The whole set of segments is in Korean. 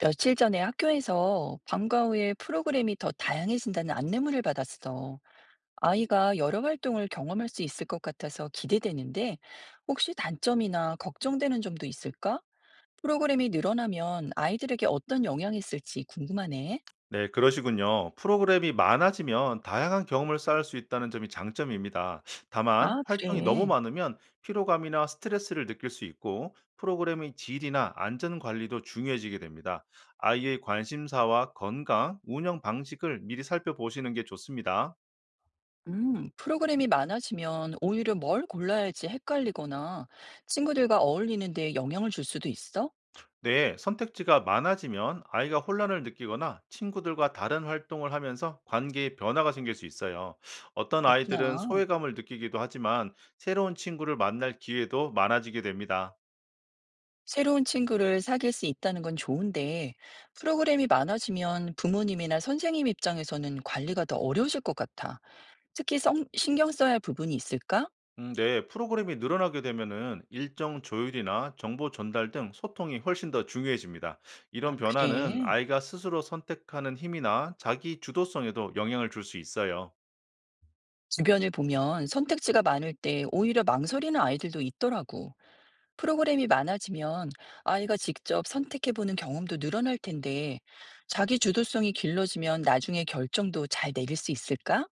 며칠 전에 학교에서 방과 후에 프로그램이 더 다양해진다는 안내문을 받았어. 아이가 여러 활동을 경험할 수 있을 것 같아서 기대되는데, 혹시 단점이나 걱정되는 점도 있을까? 프로그램이 늘어나면 아이들에게 어떤 영향이 있을지 궁금하네. 네, 그러시군요. 프로그램이 많아지면 다양한 경험을 쌓을 수 있다는 점이 장점입니다. 다만, 아, 활동이 너무 그래. 많으면 피로감이나 스트레스를 느낄 수 있고, 프로그램의 질이나 안전 관리도 중요해지게 됩니다. 아이의 관심사와 건강, 운영 방식을 미리 살펴보시는 게 좋습니다. 프로그램이 많아지면 오히려 뭘 골라야 할지 헷갈리거나 친구들과 어울리는데 영향을 줄 수도 있어? 네, 선택지가 많아지면 아이가 혼란을 느끼거나 친구들과 다른 활동을 하면서 관계에 변화가 생길 수 있어요. 어떤 아이들은 그렇구나. 소외감을 느끼기도 하지만 새로운 친구를 만날 기회도 많아지게 됩니다. 새로운 친구를 사귈 수 있다는 건 좋은데, 프로그램이 많아지면 부모님이나 선생님 입장에서는 관리가 더 어려우실 것 같아. 특히 신경 써야 할 부분이 있을까? 네, 프로그램이 늘어나게 되면은 일정 조율이나 정보 전달 등 소통이 훨씬 더 중요해집니다. 이런 아, 변화는 그래. 아이가 스스로 선택하는 힘이나 자기 주도성에도 영향을 줄 수 있어요. 주변을 보면 선택지가 많을 때 오히려 망설이는 아이들도 있더라고. 프로그램이 많아지면 아이가 직접 선택해보는 경험도 늘어날 텐데, 자기 주도성이 길러지면 나중에 결정도 잘 내릴 수 있을까?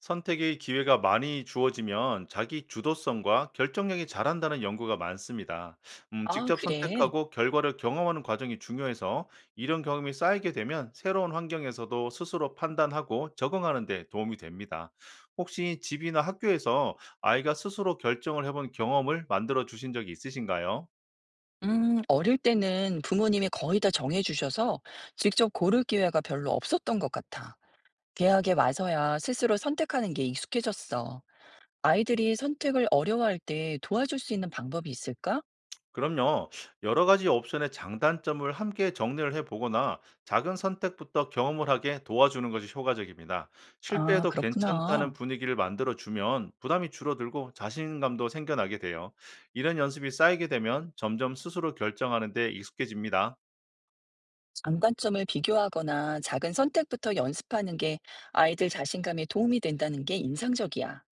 선택의 기회가 많이 주어지면 자기 주도성과 결정력이 자란다는 연구가 많습니다. 아, 직접 그래. 선택하고 결과를 경험하는 과정이 중요해서 이런 경험이 쌓이게 되면 새로운 환경에서도 스스로 판단하고 적응하는 데 도움이 됩니다. 혹시 집이나 학교에서 아이가 스스로 결정을 해본 경험을 만들어 주신 적이 있으신가요? 어릴 때는 부모님이 거의 다 정해 주셔서 직접 고를 기회가 별로 없었던 것 같아. 대학에 와서야 스스로 선택하는 게 익숙해졌어. 아이들이 선택을 어려워할 때 도와줄 수 있는 방법이 있을까? 그럼요. 여러 가지 옵션의 장단점을 함께 정리를 해보거나 작은 선택부터 경험을 하게 도와주는 것이 효과적입니다. 아, 실패해도 괜찮다는 그렇구나. 분위기를 만들어주면 부담이 줄어들고 자신감도 생겨나게 돼요. 이런 연습이 쌓이게 되면 점점 스스로 결정하는 데 익숙해집니다. 장단점을 비교하거나 작은 선택부터 연습하는 게 아이들 자신감에 도움이 된다는 게 인상적이야.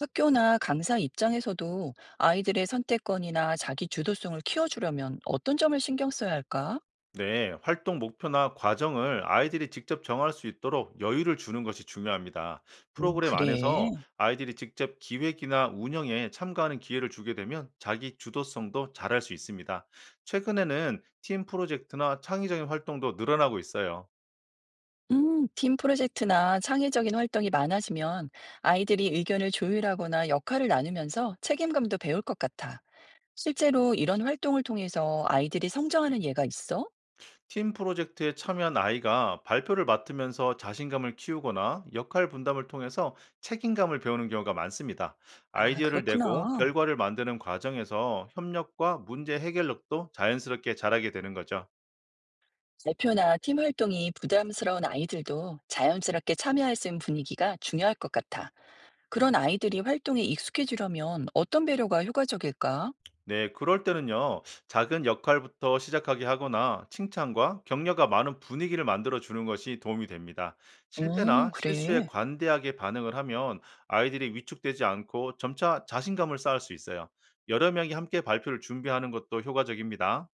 학교나 강사 입장에서도 아이들의 선택권이나 자기 주도성을 키워주려면 어떤 점을 신경 써야 할까? 네, 활동 목표나 과정을 아이들이 직접 정할 수 있도록 여유를 주는 것이 중요합니다. 프로그램 안에서 그래. 아이들이 직접 기획이나 운영에 참가하는 기회를 주게 되면 자기 주도성도 잘할 수 있습니다. 최근에는 팀 프로젝트나 창의적인 활동도 늘어나고 있어요. 팀 프로젝트나 창의적인 활동이 많아지면 아이들이 의견을 조율하거나 역할을 나누면서 책임감도 배울 것 같아. 실제로 이런 활동을 통해서 아이들이 성장하는 예가 있어? 팀 프로젝트에 참여한 아이가 발표를 맡으면서 자신감을 키우거나 역할 분담을 통해서 책임감을 배우는 경우가 많습니다. 아, 아이디어를 내고 그렇구나. 결과를 만드는 과정에서 협력과 문제 해결력도 자연스럽게 자라게 되는 거죠. 대표나 팀 활동이 부담스러운 아이들도 자연스럽게 참여할 수 있는 분위기가 중요할 것 같아. 그런 아이들이 활동에 익숙해지려면 어떤 배려가 효과적일까? 네, 그럴 때는요, 작은 역할부터 시작하게 하거나 칭찬과 격려가 많은 분위기를 만들어 주는 것이 도움이 됩니다. 오, 실패나 실수에 그래. 관대하게 반응을 하면 아이들이 위축되지 않고 점차 자신감을 쌓을 수 있어요. 여러 명이 함께 발표를 준비하는 것도 효과적입니다.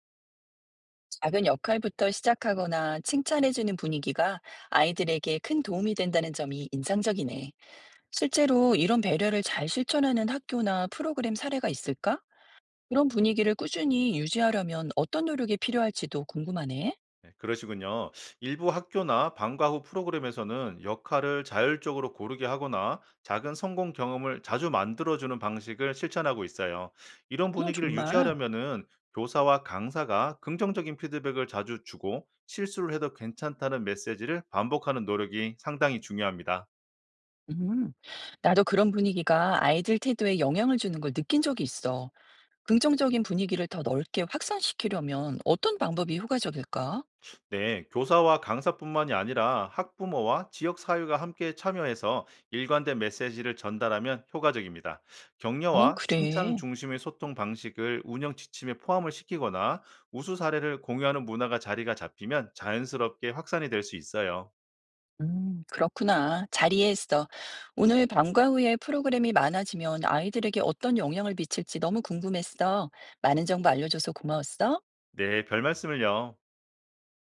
작은 역할부터 시작하거나 칭찬해주는 분위기가 아이들에게 큰 도움이 된다는 점이 인상적이네. 실제로 이런 배려를 잘 실천하는 학교나 프로그램 사례가 있을까? 이런 분위기를 꾸준히 유지하려면 어떤 노력이 필요할지도 궁금하네. 네, 그러시군요. 일부 학교나 방과 후 프로그램에서는 역할을 자율적으로 고르게 하거나 작은 성공 경험을 자주 만들어주는 방식을 실천하고 있어요. 이런 어, 분위기를 정말. 유지하려면은 교사와 강사가 긍정적인 피드백을 자주 주고 실수를 해도 괜찮다는 메시지를 반복하는 노력이 상당히 중요합니다. 음. 나도 그런 분위기가 아이들 태도에 영향을 주는 걸 느낀 적이 있어. 긍정적인 분위기를 더 넓게 확산시키려면 어떤 방법이 효과적일까? 네, 교사와 강사뿐만이 아니라 학부모와 지역 사회가 함께 참여해서 일관된 메시지를 전달하면 효과적입니다. 어, 격려와 칭찬 그래. 중심의 소통 방식을 운영 지침에 포함을 시키거나 우수 사례를 공유하는 문화가 자리가 잡히면 자연스럽게 확산이 될 수 있어요. 그렇구나. 잘 이해했어. 오늘 방과 후에 프로그램이 많아지면 아이들에게 어떤 영향을 미칠지 너무 궁금했어. 많은 정보 알려줘서 고마웠어. 네, 별 말씀을요.